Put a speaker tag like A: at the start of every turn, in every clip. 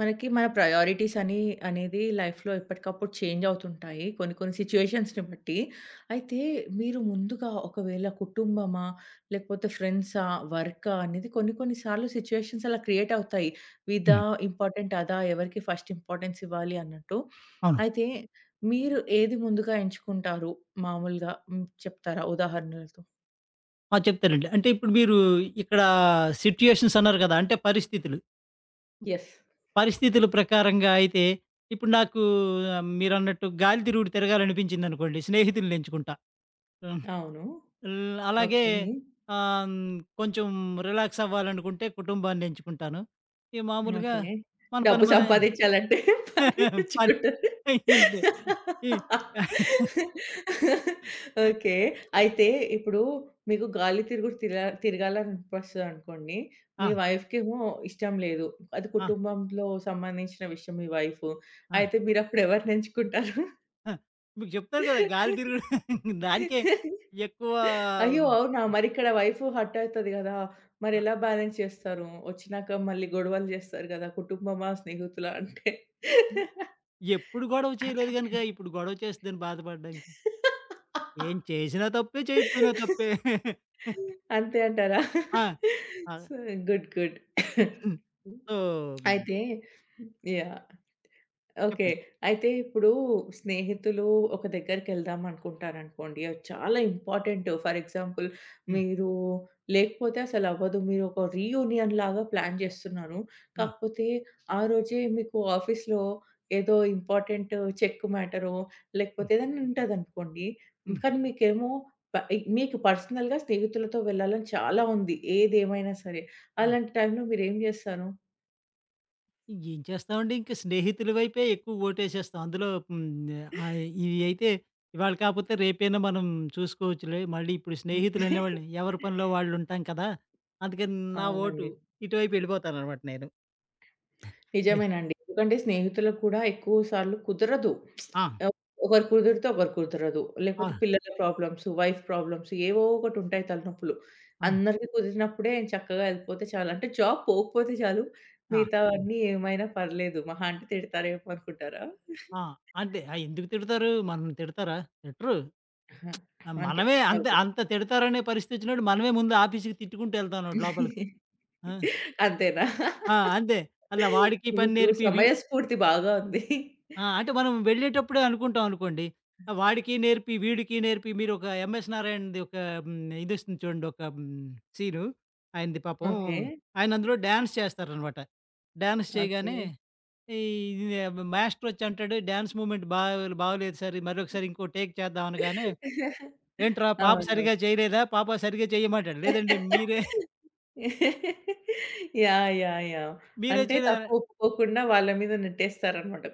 A: మనకి మన ప్రయారిటీస్ అని అనేది లైఫ్‌లో ఎప్పటికప్పుడు చేంజ్ అవుతుంటాయి, కొన్ని కొన్ని సిట్యుయేషన్స్‌ని బట్టి. అయితే మీరు ముందుగా ఒకవేళ కుటుంబమా? లేకపోతే ఫ్రెండ్సా? వర్కా? అనేది కొన్ని కొన్ని సార్లు సిట్యుయేషన్స్ అలా క్రియేట్ అవుతాయి. ఇదా
B: హ్మ్.
A: ఇంపార్టెంట్, అదా? ఎవరికి ఫస్ట్ ఇంపార్టెన్స్ ఇవ్వాలి అన్నట్టు.
B: అవును.
A: అయితే మీరు ఏది ముందుగా ఎంచుకుంటారు మామూలుగా? హ్మ్. చెప్తారా ఉదాహరణలతో?
B: ఆ! చెప్తానండి. అంటే ఇప్పుడు మీరు ఇక్కడ సిట్యుయేషన్స్ అన్నారు కదా! అంటే పరిస్థితులు.
A: యెస్.
B: పరిస్థితుల ప్రకారంగా అయితే ఇప్పుడు నాకు మీరన్నట్టు గాలి తిరుగుడు తిరగాలనిపించిందనుకోండి, స్నేహితుల్ని ఎంచుకుంటా. హ్మ్.
A: అవును.
B: అలాగే
A: ఓకే.
B: ఆహ్, హ్మ్, కొంచెం రిలాక్స్ అవ్వాలనుకుంటే కుటుంబాన్ని ఎంచుకుంటాను. ఇక మామూలుగా
A: ఓకే.
B: మన పని
A: డబ్బు
B: మనమే
A: సంపాదించాలంటే పని
B: పని
A: తెచ్చుకుంటారు.
B: ఇంతే. ఈ
A: ఓకే. అయితే ఇప్పుడు మీకు గాలి తిరుగుడు తిరగాలనిపిస్తదనుకోండి.
B: ఆ!
A: మీ వైఫ్‌కేమో ఇష్టం లేదు. అది
B: ఆ!
A: కుటుంబంలో సంబంధించిన విషయం, మీ వైఫు.
B: ఆ!
A: అయితే మీరప్పుడు ఎవరిని ఎంచుకుంటారు?
B: ఆ! మీకు చెప్తారు గదా! గాలి తిరుగుడు దానికే ఎక్కువ.
A: అయ్యో! అవునా? మరిక్కడ వైఫు హర్ట్ అయితది గదా!
B: ఆ!
A: మరెలా బ్యాలెన్స్ చేస్తారు? ఒచ్చినాక మళ్ళీ గొడవలు జేస్తారు గదా! కుటుంబమా? స్నేహితులా? అంటే.
B: ఎప్పుడు గొడవ చేయలేదు గనుక, ఇప్పుడు గొడవ చేస్తదని బాధపడడానికి. ఏం చేసినా తప్పే, చేయకపోయినా తప్పే.
A: అంతే అంటారా?
B: ఆ! ఆ!
A: So, good. గుడ్.
B: సో, హ్మ్.
A: అయితే యాహ్! ఓకే.
B: చెప్పండి.
A: అయితే ఇప్పుడు స్నేహితులు ఒక దగ్గరికెళ్దాం అనుకుంటారనుకోండి. అది చాలా ఇంపార్టెంట్. ఫర్ ఎగ్జాంపుల్,
B: హ్మ్.
A: మీరు లేకపోతే అసలవ్వదు. మీరొక రీయూనియన్ లాగా ప్లాన్ చేస్తున్నారు.
B: హ్మ్.
A: కాకపోతే ఆ రోజే మీకు ఆఫీస్‌లో ఏదో ఇంపార్టెంట్ చెక్ మ్యాటరో
B: హ్మ్.
A: లేకపోతే ఏదైనా ఉంటదనుకోండి.
B: హ్మ్.
A: కానీ మీకేమో ప మీకు పర్సనల్‌గా స్నేహితులతో వెళ్ళాలని చాలా ఉంది, ఏదేమైనా సరే.
B: అవును.
A: అలాంటి టైంలో మీరేం చేస్తారు?
B: ఏం చేస్తామండి? ఇంక స్నేహితుల వైపే ఎక్కువ ఓటేసేస్తాం. అందులో హ్మ్. ఇవి అయితే ఇవాళ కాకపోతే రేపైనా మనం చూసుకోవచ్చులే. మళ్ళీ ఇప్పుడు స్నేహితులనేవాళ్ళు
A: హ్మ్.
B: ఎవరి పనిలో వాళ్ళుంటాం కదా! అందుకని నా ఓటు
A: అవునండి.
B: ఇటువైపు వెళ్ళిపోతాననమాట నేను. లే
A: నిజమేనండి. ఎందుకంటే స్నేహితులకు కూడా ఎక్కువ సార్లు కుదరదు.
B: ఆ!
A: ఆహ్, ఒకరు కుదిరితే ఒకరు కుదరదు.
B: ఆ!
A: లేకపోతే పిల్లల ప్రాబ్లమ్స్, వైఫ్ ప్రాబ్లమ్స్ ఏవో ఒకటుంటాయి తలనొప్పులు.
B: అవును.
A: అందరికి కుదిరినప్పుడే చక్కగా ఎళ్ళిపోతే చాలు. అంటే జాబ్ పోకపోతే చాలు,
B: ఆ!
A: మిగతావన్నీ ఏమైనా పర్లేదు. మహా అంటే తిడతారేమో అనుకుంటారా?
B: ఆ! అంతే. ఆ! ఎందుకు తిడతారు? మనల్ని తిడతారా? తిట్టరు.
A: ఆహా! అంతే.
B: మనమే అంత
A: ఓకే.
B: అంత తిడతారనే పరిస్థితొచ్చినప్పుడు మనమే ముందు ఆఫీస్‌కి తిట్టుకుంటూ ఎళ్తాం అన్నమాట లోపలికి. ఆ!
A: అంతేనా?
B: ఆ! అంతే. అలా వాడికి పని
A: మీకు
B: నేర్పి
A: సమయస్ఫూర్తి బాగా ఉంది.
B: ఆ! అంటే మనం వెళ్ళేటప్పుడే అనుకుంటాం అనుకోండి. వాడికి నేర్పి, వీడికి నేర్పి మీరు ఒక 'ఎంఎస్ నారాయణ'ది ఒక హ్మ్. ఇదొస్తుంది చూడండి ఒక హ్మ్. సీను. ఆయనది పాపం
A: ఓకే.
B: ఆయన అందులో డాన్స్ చేస్తారనమాట. Dance
A: okay.
B: చేయగానే ఈ మాస్టరొచ్చి అంటాడు డాన్స్ మూవ్‌మెంట్ బాగోలేదు సార్ మరొకసారి ఇంకో టేక్ చేద్దాం అనగానే, "ఏంట్రా పాప
A: అవునవును.
B: సరిగ్గా చేయలేదా? పాప సరిగ్గా చేయమంటాడు. లేదండి మీరే
A: యాహ్! యాహ్! యాహ్!
B: మీరే
A: అంటే
B: చేయలే".
A: తప్పు ఒప్పుకోకుండా వాళ్ళ మీద నెట్టేస్తారనమాట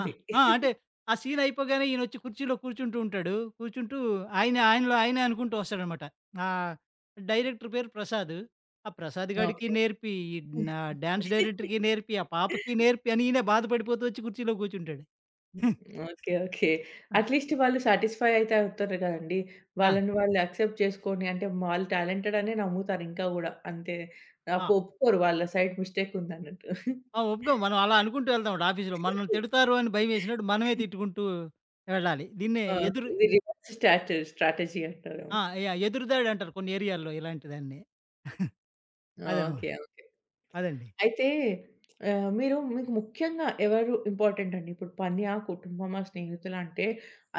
B: ఆ! ఆ! అంటే ఆ సీన్ అయిపోగానే ఈయనొచ్చి కుర్చీలో కూర్చుంటూ ఉంటాడు. కూర్చుంటూ ఆయన ఆయనలో ఆయనే అనుకుంటూ వస్తాడనమాట. ఆహ్, డైరెక్టర్ పేరు ప్రసాద్. ఆ ప్రసాద్ గాడికి
A: ఓకే.
B: నేర్పి, ఈ నా డాన్స్ డైరెక్టర్‌కి నేర్పి, ఆ పాపకి నేర్పి అని ఈయనే బాధపడిపోతూ వచ్చి కుర్చీలో కూర్చుంటాడు.
A: ఓకే. ఓకే.
B: ఆ!
A: అట్‌లీస్ట్ వాళ్ళు సాటిస్ఫై అయితే అవుతారు కదండీ.
B: ఆ!
A: వాళ్ళని వాళ్ళు యాక్సెప్ట్ చేసుకొని, అంటే వాళ్ళు టాలెంటెడ్ అనే నమ్ముతారు ఇంకా గూడా. అంతే. ఒప్పుకోరు వాళ్ళ సైడ్ మిస్టేక్ ఉందన్నట్టు.
B: ఆ! ఒప్పుకోం. మనం అలా అనుకుంటూ వెళ్తాం ఆఫీస్‌లో. మనల్ని తిడతారు అని భయమేసినట్టు మనమే
A: యాహ్!
B: తిట్టుకుంటూ వెళ్ళాలి. దీన్నే
A: ఆ! ఇది రివర్స్ స్ట్రాటజీ అంటారేమో.
B: ఆ! యాహ్! ఎదురుదాడంటారు కొన్ని ఏరియాల్లో ఇలాంటి దాన్ని.
A: ఆ!
B: అదనమాట.
A: ఓకే. ఓకే.
B: అదండి.
A: అయితే మీరు మీకు ముఖ్యంగా ఎవరు ఇంపార్టెంట్ అండి? ఇప్పుడు పనా, కుటుంబమా, స్నేహితులా అంటే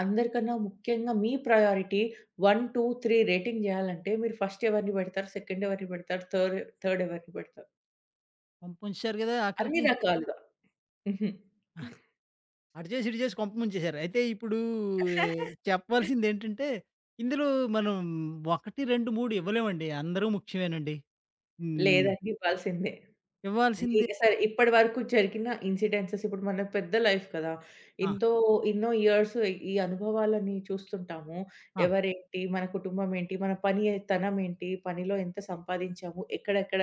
A: అందరికన్నా ముఖ్యంగా మీ ప్రయారిటీ 1, 2, 3 రేటింగ్ చేయాలంటే మీరు ఫస్ట్ ఎవరిని పెడతారు? సెకండ్ ఎవరిని పెడతారు? థర్డ్ థర్డ్ ఎవరిని పెడతారు?
B: పంపొంచేసారు గదా!
A: అన్ని
B: ఆఖరికి
A: రకాలుగా. హుహు.
B: అటు చేసి, ఇటు చేసి కొంపముంచేశారు. అయితే ఇప్పుడు చెప్పాల్సిందేంటంటే, ఇందులో మనం 1, 2, 3 ఇవ్వలేమండి. అందరూ ముఖ్యమేనండి. హ్మ్.
A: లేదండి, ఇవ్వాల్సిందే. ఈ
B: ఇవ్వాల్సింది
A: సరే ఇప్పటి వరకు జరిగిన ఇన్సిడెన్సెస్, ఇప్పుడు మన పెద్ద లైఫ్ కదా!
B: ఆ!
A: ఎంతో ఎన్నో ఇయర్స్ ఈ అనుభవాలని చూస్తుంటాము.
B: ఆ!
A: ఎవరేంటి, మన కుటుంబం ఏంటి, మన పని తనం ఏంటి, పనిలో ఎంత సంపాదించాము, ఎక్కడెక్కడ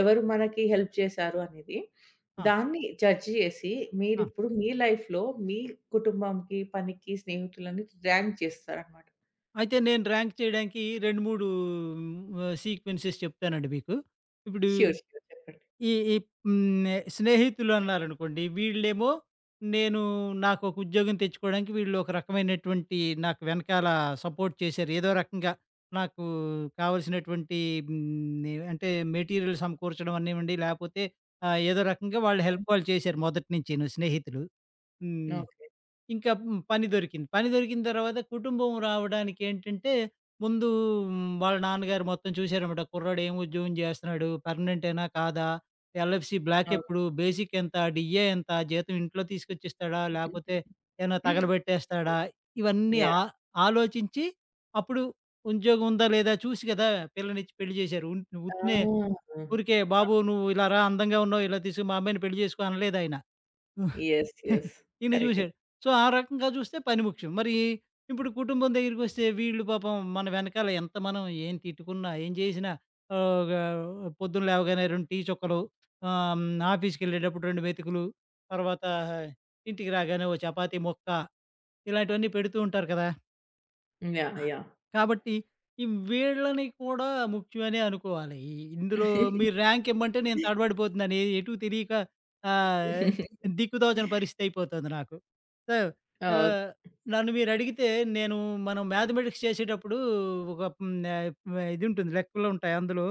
A: ఎవరు మనకి హెల్ప్ చేశారు అనేది.
B: ఆ!
A: దాన్ని జడ్జ్ చేసి
B: ఆ!
A: మీరిప్పుడు మీ లైఫ్‌లో మీ కుటుంబంకి, పనికి, స్నేహితులని ర్యాంక్ చేస్తారనమాట.
B: అయితే నేను ర్యాంక్ చేయడానికి 2, 3 సీక్వెన్సెస్ చెప్తానండి మీకు. ఇప్పుడు
A: ష్యూర్. ష్యూర్. చెప్పండి.
B: ఈ ఈ హ్మ్. స్నేహితులన్నారనుకోండి. వీళ్ళేమో నేను నాకొక ఉద్యోగం తెచ్చుకోవడానికి వీళ్ళు ఒక రకమైనటువంటి నాకు వెనకాల సపోర్ట్ చేశారు. ఏదో రకంగా నాకు కావాల్సినటువంటి హ్మ్. అంటే మెటీరియల్ సమకూర్చడం అనివ్వండి, లేపోతే ఏదో రకంగా వాళ్ళు హెల్ప్ చేశారు మొదటి నుంచీను స్నేహితులు. హ్మ్.
A: ఓకే.
B: ఇంకా హ్మ్. పని దొరికింది. పని దొరికిన తర్వాత కుటుంబం రావడానికి ఏంటంటే, ముందు హ్మ్. వాళ్ళ నాన్నగారు మొత్తం చూసారన్నమాట. కుర్రాడు ఏం ఉద్యోగం చేస్తున్నాడు? పర్మనెంటేనా? కాదా? LFC block
A: okay.
B: ఎప్పుడు? బేసిక్ ఎంత? డిఏ ఎంత? జీతం ఇంట్లో తీసుకొచ్చిస్తాడా? లేపోతే ఏమైనా తగలబెట్టేస్తాడా? ఇవన్నీ
A: యాహ్!
B: ఆలోచించి అప్పుడు ఉద్యోగం ఉందా? లేదా? చూసి కదా పిల్లనిచ్చి పెళ్లి చేశారు. ఉత్తినే
A: ఆ!
B: ఊరికే బాబు నువ్వు ఇలా రా అందంగా ఉన్నావు. ఇలా తీసుకో మా అమ్మాయిని పెళ్లి చేసుకో అనలేదాయన.
A: యెస్. యెస్.
B: ఈయన్ని
A: కరెక్టే.
B: చూశాడు. సో, ఆ రకంగా చూస్తే పని ముఖ్యం. మరి ఇప్పుడు కుటుంబం దగ్గరికొస్తే వీళ్ళు పాపం మన వెనకాల ఎంత మనం ఏం తిట్టుకున్నా, ఏం చేసినా ఆహ్, గా పొద్దున లేవగానే 2 టీ చుక్కలు, ఆహ్, హ్మ్, ఆఫీస్‌కెళ్ళేటప్పుడు 2 మెతుకులు, తర్వాత ఇంటికి రాగానే ఓ చపాతీ ముక్క ఇలాంటివన్నీ పెడుతూ ఉంటారు కదా!
A: యాహ్!
B: ఆ!
A: యాహ్!
B: కాబట్టి వీళ్ళని కూడా ముఖ్యమనే అనుకోవాలి. ఇందులో మీరు ర్యాంక్ ఇమ్మంటే నేను తడబడిపోతున్నాను. ఎటూ తెలియక
A: ఓహ్!
B: ఆహ్, దిక్కుతోచని పరిస్థితి అయిపోతుంది నాకు. సో, ఆహ్, నన్ను మీరడిగితే నేను మనం మ్యాథమెటిక్స్ చేసేటప్పుడు ఒక ఇది ఉంటుంది. లెక్కలు ఉంటాయి. అందులో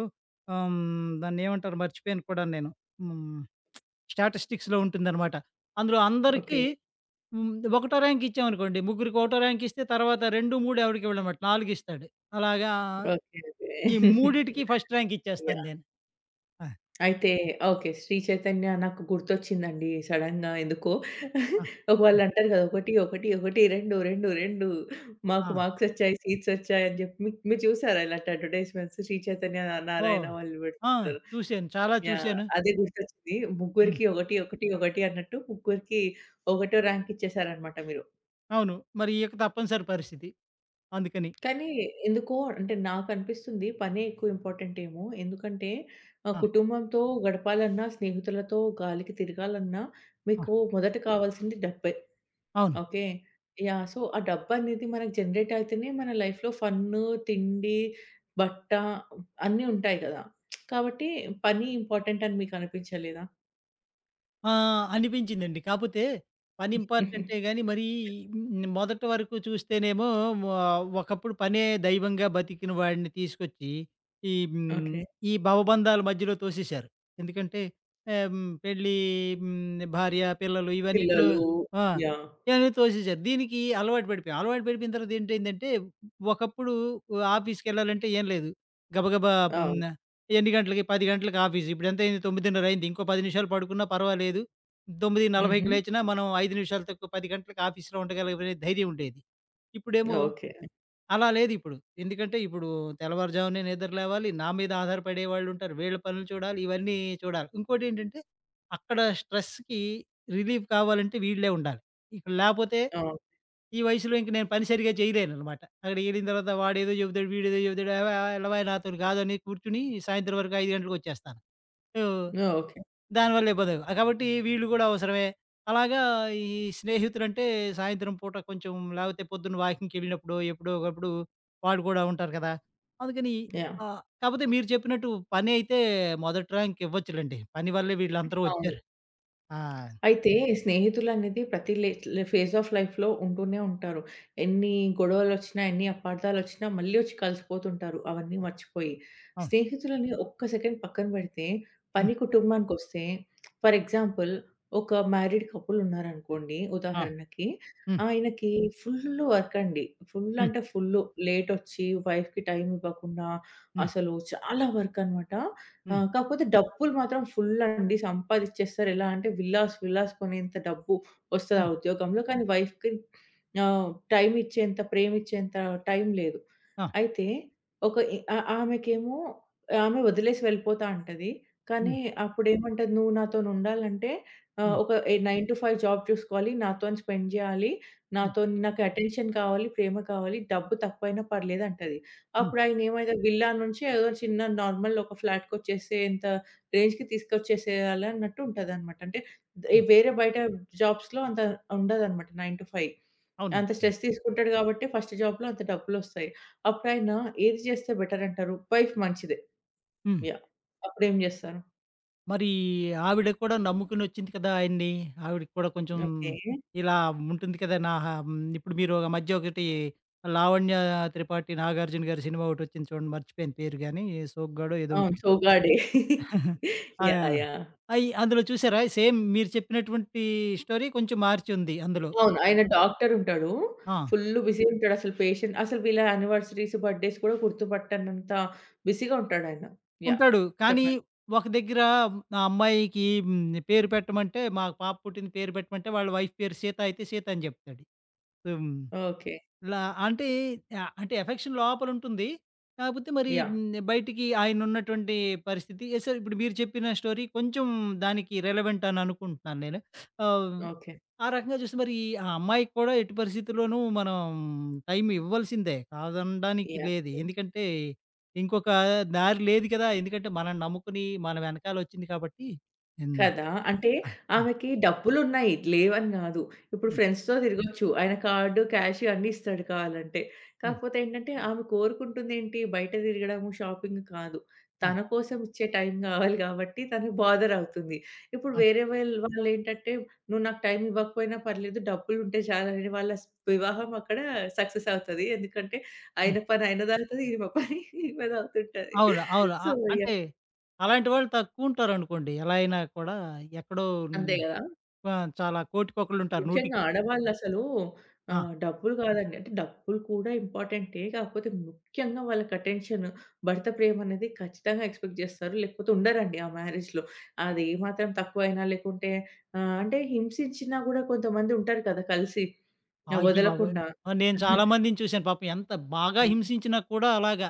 B: దాన్నేమంటారు మర్చిపోయాను కూడా నేను. హ్మ్. స్టాటిస్టిక్స్‌లో ఉంటుందనమాట. అందులో అందరికీ
A: ఓకే.
B: హ్మ్. ఒకటో ర్యాంక్ ఇచ్చామనుకోండి, ముగ్గురికి ఒకటో ర్యాంక్ ఇస్తే తర్వాత 2, 3 ఎవడికి ఇవ్వడనమాట. 4 ఇస్తాడు. అలాగా
A: ఓకే. ఓకే.
B: ఈ మూడిటికి ఫస్ట్ ర్యాంక్ ఇచ్చేస్తాను
A: యాహ్!
B: నేను. ఆ!
A: అయితే ఓకే. 'శ్రీ చైతన్య' నాకు గుర్తొచ్చిందండి సడెన్‌గా ఎందుకో.
B: ఆ!
A: ఒక
B: హ్మ్.
A: వాళ్ళంటారు కదా! "ఒకటి, ఒకటి, ఒకటి 2, 2, 2 మాకు
B: ఆ!
A: మార్క్సొచ్చాయి, సీట్సొచ్చాయి" అని చెప్పి, మీ మీరు చూసారా ఇలాంటి అడ్వర్‌టైజ్‌మెంట్స్? 'శ్రీ చైతన్య,
B: ఓహ్!
A: నారాయణ' వాళ్ళు
B: ఆ!
A: పెడుతుంటారు.
B: చూసాను. చాలా
A: యాహ్!
B: చూసాను.
A: అదే గుర్తొచ్చింది.
B: హ్మ్.
A: ముగ్గురికి 1, 1, 1 అన్నట్టు ముగ్గురికి ఒకటో ర్యాంక్ ఇచ్చేసారన్నమాట మీరు.
B: అవును. మరి ఇక తప్పనిసరి పరిస్థితి. అందుకని.
A: కానీ ఎందుకో అంటే నాకనిపిస్తుంది పనే ఎక్కువ ఇంపార్టెంట్ ఏమో. ఎందుకంటే
B: ఆ!
A: కుటుంబంతో గడపాలన్నా, స్నేహితులతో గాలికి తిరగాలన్నా
B: ఆ!
A: మీకు మొదట కావాల్సింది డబ్బే.
B: అవును.
A: ఓకే. యాహ్! సో, ఆ డబ్బనేది మనకు జనరేట్ అయితేనే మన లైఫ్‌లో ఫన్ను, తిండి, బట్ట అన్నీ ఉంటాయి కదా! కాబట్టి పని ఇంపార్టెంట్ అని మీకు అనిపించలేదా?
B: ఆ! అనిపించిందండి. కాపోతే పని ఇంపార్టెంటే గాని మరీ మొదటి వరకు చూస్తేనేమో ఒకప్పుడు పనే దైవంగా బతికిన వాడిని తీసుకొచ్చి ఈ హ్మ్,
A: ఓకే.
B: ఈ భవబంధాల మధ్యలో తోసేశారు. ఎందుకంటే పెళ్లి, భార్య, పిల్లలు ఇవన్నిట్లో
A: పిల్లలు
B: ఆ!
A: యాహ్!
B: ఇవన్నీ తోసేశారు. దీనికి అలవాటు పడిపోయాం. అలవాటు పడిపోయిన తర్వాత ఏంటైందంటే ఒకప్పుడు ఆఫీస్‌కెళ్ళాలంటే ఏం లేదు. గబగబా హ్మ్.
A: అవును.
B: ఎన్ని గంటలకి? 10 గంటలకి ఆఫీసు. ఇప్పుడెంతయింది? 9:30 అయింది. తొమ్మిదిన్నర అయింది. ఇంకో 10 నిమిషాలు పడుకున్నా పర్వాలేదు. 9:40కి
A: హుహు.
B: లేచినా మనం 5 నిమిషాలు తక్కువ 10 గంటలకి ఆఫీసులో ఉండగలిగే ధైర్యం ఉండేది. ఇప్పుడేమో
A: ఓకే.
B: అలా లేదిప్పుడు. ఎందుకంటే ఇప్పుడు తెల్లవారుజామునే నిద్ర లేవాలి. నా మీద ఆధారపడే వాళ్ళుంటారు. వీళ్ళ పనులు చూడాలి. ఇవన్నీ చూడాలి. ఇంకోటేంటంటే అక్కడ స్ట్రెస్‌కి రిలీఫ్ కావాలంటే వీళ్ళే ఉండాలి. ఇక్కడ లేపోతే
A: అవును.
B: ఈ వయసులో ఇంక నేను పని సరిగ్గా చేయలేననమాట. అక్కడికెళ్ళిన తర్వాత వాడేదో చెబుతాడు, వీడేదో చెబుతాడు. "ఏవే! ఎల్లవా నాతోని కాదు" అని కూర్చొని సాయంత్రం వరకు 5 గంటలకొచ్చేస్తాను. So,
A: okay.
B: దానివల్ల ఇబ్బందవు. కాబట్టి వీళ్ళు గూడా అవసరమే. అలాగా ఈ స్నేహితులంటే సాయంత్రం పూట కొంచెం లేపోతే పొద్దున్న వాకింగ్‌కెళ్ళినప్పుడో, ఎప్పుడో ఒకప్పుడు వాళ్ళు కూడా ఉంటారు కదా! అందుకని
A: యాహ్!
B: కాపోతే మీరు చెప్పినట్టు పని అయితే మొదటి ర్యాంక్ ఇవ్వచ్చులెండి. పని వల్లే వీళ్ళందరూ
A: అవును.
B: వచ్చారు. ఆ!
A: అయితే స్నేహితులనేది ప్రతి లే లే ఫేజ్ ఆఫ్ లైఫ్‌లో ఉంటూనే ఉంటారు. ఎన్ని గొడవలొచ్చినా, ఎన్ని అపార్థాలొచ్చినా మళ్ళీ వచ్చి కలిసిపోతుంటారు అవన్నీ మర్చిపోయి.
B: అవును.
A: స్నేహితులని ఒక్క సెకండ్ పక్కన పెడితే,
B: హ్మ్.
A: పని కుటుంబానికొస్తే, ఫర్ ఎగ్జాంపుల్, ఒక మ్యారీడ్ కపుల్ ఉన్నారనుకోండి
B: ఆ!
A: ఉదాహరణకి.
B: హ్మ్.
A: ఆయనకి ఫుల్ వర్క్ అండి. ఫుల్
B: హ్మ్.
A: అంటే ఫుల్లు. లేటొచ్చి వైఫ్‌కి టైమ్ ఇవ్వకుండా
B: హ్మ్.
A: అసలు చాలా వర్క్ అనమాట. ఆ!
B: హ్మ్.
A: కాకపోతే డబ్బులు మాత్రం ఫుల్ అండి. సంపాదిచ్చేస్తారు. ఎలా అంటే విల్లాస్, విల్లాస్ కొనేంత డబ్బు ఒస్తది ఆ
B: హ్మ్.
A: ఉద్యోగంలో. కానీ వైఫ్‌కి ఆహ్, టైమ్ ఇచ్చేంత, ప్రేమ ఇచ్చేంత టైం లేదు.
B: ఆ!
A: అయితే ఒక ఎ ఆ ఆమెకేమో ఆమె వదిలేసి వెళ్ళిపోతా అంటది.
B: హ్మ్.
A: కానీ అప్పుడేమంటది, "నువ్వు నాతోనుండాలంటే
B: హ్మ్.
A: ఒక ఎ 9-5 జాబ్ చూసుకోవాలి. నాతోని స్పెండ్ జేయాలి.
B: హ్మ్.
A: నాతోని నాకు అటెన్షన్ కావాలి, ప్రేమ కావాలి. డబ్బు తక్కువైనా పర్లేదు" అంటది.
B: హ్మ్.
A: అప్పుడు ఆయనేమైనా విల్లా నుంచి ఏదో చిన్న నార్మల్ ఒక ఫ్లాట్‌కొచ్చేసేంత రేంజ్‌కి తీసుకొచ్చేసేయాలి అన్నట్టు ఉంటదనమాట. అంటే ఈ
B: హ్మ్.
A: వేరే బయట జాబ్స్‌లో అంత ఉండదనమాట 9-5.
B: అవునండి.
A: అంత
B: అవును.
A: స్ట్రెస్ తీసుకుంటాడు కాబట్టి ఫస్ట్ జాబ్‌లో అంత డబ్బులొస్తాయి. అప్పుడాయన ఏది చేస్తే బెటర్ అంటారు? వైఫ్ మంచిదే.
B: హ్మ్.
A: యాహ్! అప్పుడేం చేస్తారు?
B: మరి ఆవిడ కూడా నమ్ముకునొచ్చింది కదా ఆయన్ని. ఆవిడకి కూడా కొంచెం
A: ఓకే.
B: ఇలా ఉంటుంది కదా! ఇప్పుడు మీరు ఆ మధ్య ఒకటి 'లావణ్య త్రిపాఠి నాగార్జున' గారి సినిమా ఒకటొచ్చింది చూడండి. మర్చిపోయాను పేరు గాని 'సోగ్గాడో' ఏదో
A: అవును.
B: ఉంటుంది.
A: సోగ్గాడే.
B: ఆ!
A: యాహ్! యాహ్!
B: అందులో చూసారా? సేమ్ మీరు చెప్పినటువంటి స్టోరీ కొంచెం మార్చి ఉంది అందులో.
A: అవును. ఆయన డాక్టరుంటాడు.
B: ఆ!
A: ఫుల్లు బిజీ హ్మ్. ఉంటాడసలు, పేషెంట్ అసలు వీళ్ళ యానివర్సరీస్, బర్త్‌డేస్ కూడా గుర్తుపట్టనంత బిజీగా ఉంటాడాయన. యాహ్!
B: ఉంటాడు. కానీ
A: చెప్పండి.
B: ఒక దగ్గర ఆ అమ్మాయికి పేరు పెట్టమంటే, మా పాప పుట్టిన పేరు పెట్టమంటే వాళ్ళ వైఫ్ పేరు సీత అయితే సీత అని చెప్తాడు. So
A: okay.
B: లా అంటే అంటే ఎఫెక్షన్ లోపలుంటుంది. కాకపోతే మరి
A: యాహ్!
B: బయటికి ఆయనున్నటువంటి పరిస్థితి సార్ ఇప్పుడు మీరు చెప్పిన స్టోరీ కొంచెం దానికి రిలవెంట్ అని అనుకుంటున్నాను నేను. ఆహ్,
A: ఓకే.
B: ఆ రకంగా చూస్తే మరి ఆ అమ్మాయికి కూడా ఎట్టి పరిస్థితుల్లోనూ మనం టైం ఇవ్వాల్సిందే. కాదనడానికి
A: యాహ్!
B: లేదు.
A: యాహ్!
B: ఎందుకంటే ఇంకొక దారి లేదు కదా! ఎందుకంటే మనల్ని నమ్ముకుని మన వెనకాలొచ్చింది కాబట్టి. హ్మ్.
A: కదా! అంటే
B: ఆ! హ్మ్.
A: ఆమెకి డబ్బులున్నాయి. లేవని గాదు. ఇప్పుడు
B: హ్మ్.
A: ఫ్రెండ్స్‌తో తిరగొచ్చు. ఆయన కార్డ్, క్యాష్ అన్నీ ఇస్తాడు కావాలంటే.
B: హ్మ్.
A: కాకపోతే ఏంటంటే ఆమె కోరుకుంటుందేంటి? బయట తిరగడము, షాపింగ్ కాదు.
B: హ్మ్.
A: తన కోసం ఇచ్చే టైం గావాలి గాబట్టి తను బాధర్ అవుతుంది. ఇప్పుడు
B: అవును.
A: వేరే వాళ్ళేంటంటే "నువ్వు నాకు టైం ఇవ్వకపోయినా పర్లేదు. డబ్బులుంటే చాలని", వాళ్ళ వివాహం అక్కడ సక్సెస్ అవుతది. ఎందుకంటే ఆయన పని ఆయనదవుతది. ఈమె పని ఈమెదవుతుంటది.
B: అవును. అవును.
A: సో,
B: అంటే
A: యాహ్!
B: అలాంటి వాళ్ళు తక్కువుంటారనుకోండి. ఎలా అయినా కూడా ఎక్కడో హ్మ్.
A: అంతే గదా!
B: ఆ! చాలా కోటికొకళ్ళుంటారు. నూటికి
A: ముఖ్యంగా ఆడవాళ్ళసలు
B: ఆ!
A: డబ్బులు కాదండి. అంటే డబ్బులు కూడా ఇంపార్టెంటే. కాకపోతే ముఖ్యంగా వాళ్ళకి అటెన్షన్, భర్త ప్రేమనేది ఖచ్చితంగా ఎక్స్‌పెక్ట్ జేస్తారు. లేకపోతే ఉండరండి ఆ మ్యారేజ్‌లో. అది ఏ మాత్రం తక్కువైనా లేకుంటే అంటే హింసించినా గూడా కొంతమంది ఉంటారు కదా! కలిసి,
B: అయ్యబాబోయ్!
A: వదలకుండా.
B: ఆ! నేను చాలా మందిని చూసాను. పాపం ఎంత బాగా
A: అవును.
B: హింసించినా కూడా అలాగా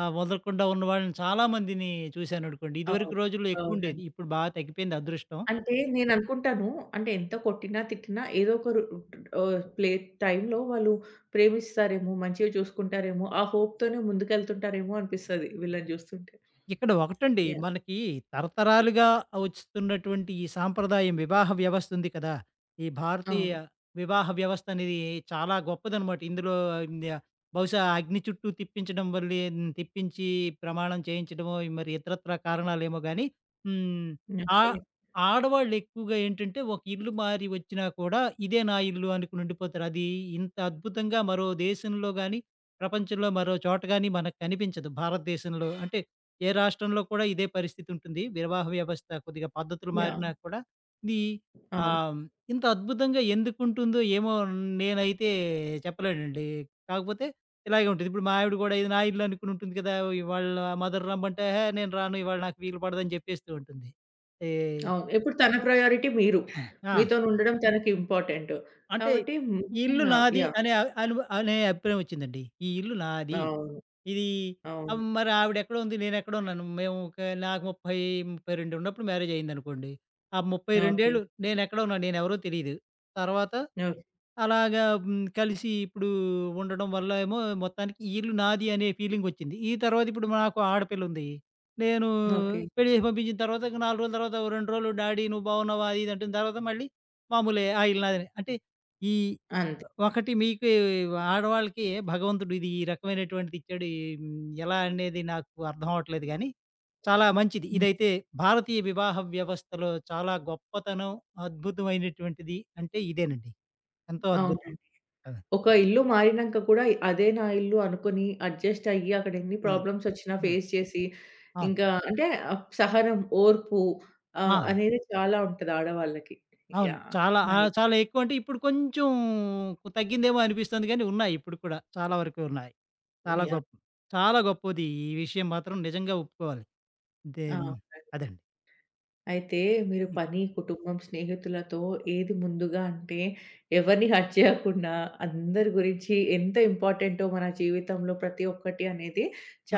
B: వదలకుండా ఉన్న వాళ్ళని చాలా మందిని చూసాననుకోండి. ఇదివరకు
A: అవును.
B: రోజుల్లో ఎక్కువుండేది.
A: అవునండి.
B: ఇప్పుడు బా తగ్గిపోయింది అదృష్టం.
A: అంటే నేననుకుంటాను. అంటే ఎంత కొట్టినా, తిట్టినా ఏదో ప్లే టైంలో వాళ్ళు ప్రేమిస్తారేమో, మంచిగా చూసుకుంటారేమో, ఆ హోప్‌తోనే ముందుకెళ్తుంటారేమో అనిపిస్తది వీళ్ళని జూస్తుంటే.
B: ఇక్కడ ఒకటండి
A: యాహ్!
B: మనకి తరతరాలుగా వస్తున్నటువంటి ఈ సాంప్రదాయం వివాహ వ్యవస్థ ఉంది కదా! ఈ భారతీయ
A: అవును.
B: వివాహ వ్యవస్థ అనేది చాలా గొప్పదనమాట. ఇందులో ఇంద బహుశా అగ్ని చుట్టూ తిప్పించడం వల్లే తిప్పించి ప్రమాణం చేయించడమో, మరి ఇతరత్రా కారణాలేమో గాని హ్మ్. ఆ
A: ఓకే.
B: ఆడవాళ్ళు ఎక్కువగా ఏంటంటే, ఒక ఇల్లు మారి వచ్చినా కూడా ఇదే నా ఇల్లు అనుకుని ఉండిపోతారు. అది ఇంత అద్భుతంగా మరో దేశంలో గాని, ప్రపంచంలో మరో చోట గాని మనకు కనిపించదు భారతదేశంలో. అంటే ఏ రాష్ట్రంలో కూడా ఇదే పరిస్థితి ఉంటుంది. వివాహ వ్యవస్థ కొద్దిగా పద్ధతులు మారినా
A: యాహ్!
B: కూడా ఇది
A: అవును.
B: ఆహ్, ఇంత అద్భుతంగా ఎందుకుంటుందో ఏమో నేనైతే చెప్పలేనండి. కాకపోతే ఇలాగే ఉంటుంది. ఇప్పుడు మా ఆవిడ కూడా ఇది నా ఇల్లు అనుకుని ఉంటుంది కదా! ఇవాళ మదర్ రమ్మంటే, "ఎహే! నేను రాను ఇవాళ నాకు వీలు పడదని" చెప్పేస్తూ ఉంటుంది. ఈ
A: అవును. ఇప్పుడు తన ప్రయారిటీ మీరు.
B: ఆ!
A: మీతోనుండడం తనకి ఇంపార్టెంట్.
B: అంటే
A: కాబట్టి
B: ఈ ఇల్లు
A: ముఖ్యంగా
B: నాది
A: యాహ్!
B: అనే అ అను అనే అభిప్రాయం వచ్చిందండి. ఈ ఇల్లు నాది.
A: అవును.
B: ఇది
A: అవును.
B: మరి ఆవిడెక్కడ ఉంది? నేనెక్కడ ఉన్నాను? మేము ఒక నాకు 30, 32 ఉన్నప్పుడు మ్యారేజ్ అయిందనుకోండి. ఆ 32
A: ఓకే.
B: ఏళ్ళు నేనెక్కడ ఉన్నాను? నేనెవరో తెలీదు. తర్వాత
A: ఓకే.
B: అలాగా కలిసి ఇప్పుడు ఉండడం వల్ల ఏమో మొత్తానికి ఈ ఇల్లు నాది అనే ఫీలింగొచ్చింది. ఈ తర్వాత ఇప్పుడు నాకు ఆడపిల్లుంది. నేను
A: ఓకే.
B: పెళ్లి చేసి పంపించిన తర్వాత ఒక 4 రోజుల తర్వాత, ఓ 2 రోజులు డాడీ నువ్వు బాగున్నావా? అది ఇది అంటుంది. తర్వాత మళ్ళీ మామూలే ఆ ఇల్లు నాదని. అంటే ఈ
A: అంతే.
B: ఒకటి మీకు ఆడవాళ్ళకి భగవంతుడు ఇది ఈ రకమైనటువంటిది ఇచ్చాడు. ఎలా అనేది నాకు అర్థం అవ్వట్లేదు గానీ, చాలా మంచిది.
A: హ్మ్.
B: ఇదైతే భారతీయ వివాహ వ్యవస్థలో చాలా గొప్పతనం, అద్భుతమైనటువంటిది అంటే ఇదేనండి. ఎంతో
A: అవును.
B: అద్భుతం. కదా!
A: ఒక ఇల్లు మారినంక కూడా అదే నా ఇల్లు అనుకుని అడ్జస్ట్ అయ్యి అక్కడ ఎన్ని
B: హ్మ్.
A: ప్రాబ్లమ్స్ వచ్చినా
B: హ్మ్.
A: ఫేస్ చేసి,
B: అవును.
A: ఇంకా అంటే సహనం, ఓర్పు
B: ఆ!
A: అనేది చాలా ఉంటది ఆడవాళ్ళకి.
B: అవును.
A: యాహ్!
B: చాలా
A: నైస్.
B: చాలా ఎక్కువంటే ఇప్పుడు కొంచెం తగ్గిందేమో అనిపిస్తుంది గానీ, ఉన్నాయి ఇప్పుడు కూడా. చాలా వరకు ఉన్నాయి. చాలా
A: యాహ్!
B: గొప్ చాలా గొప్పది ఈ విషయం మాత్రం నిజంగా ఒప్పుకోవాలి.
A: ఆ!
B: దెన్
A: అవునండి.
B: అదండి.
A: అయితే మీరు
B: హ్మ్.
A: పని, కుటుంబం, స్నేహితులతో ఏది ముందుగా అంటే ఎవరిని హర్ట్ చేయకుండా, అందరి గురించి ఎంత ఇంపార్టెంటో మన జీవితంలో ప్రతి ఒక్కటి అనేది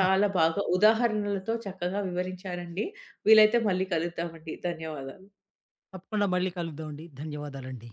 B: ఆ!
A: బాగా ఉదాహరణలతో చక్కగా వివరించారండి. వీలైతే మళ్ళీ కలుద్దామండి. ధన్యవాదాలు.
B: తప్పకుండా మళ్ళీ కలుద్దామండి. ధన్యవాదాలండి.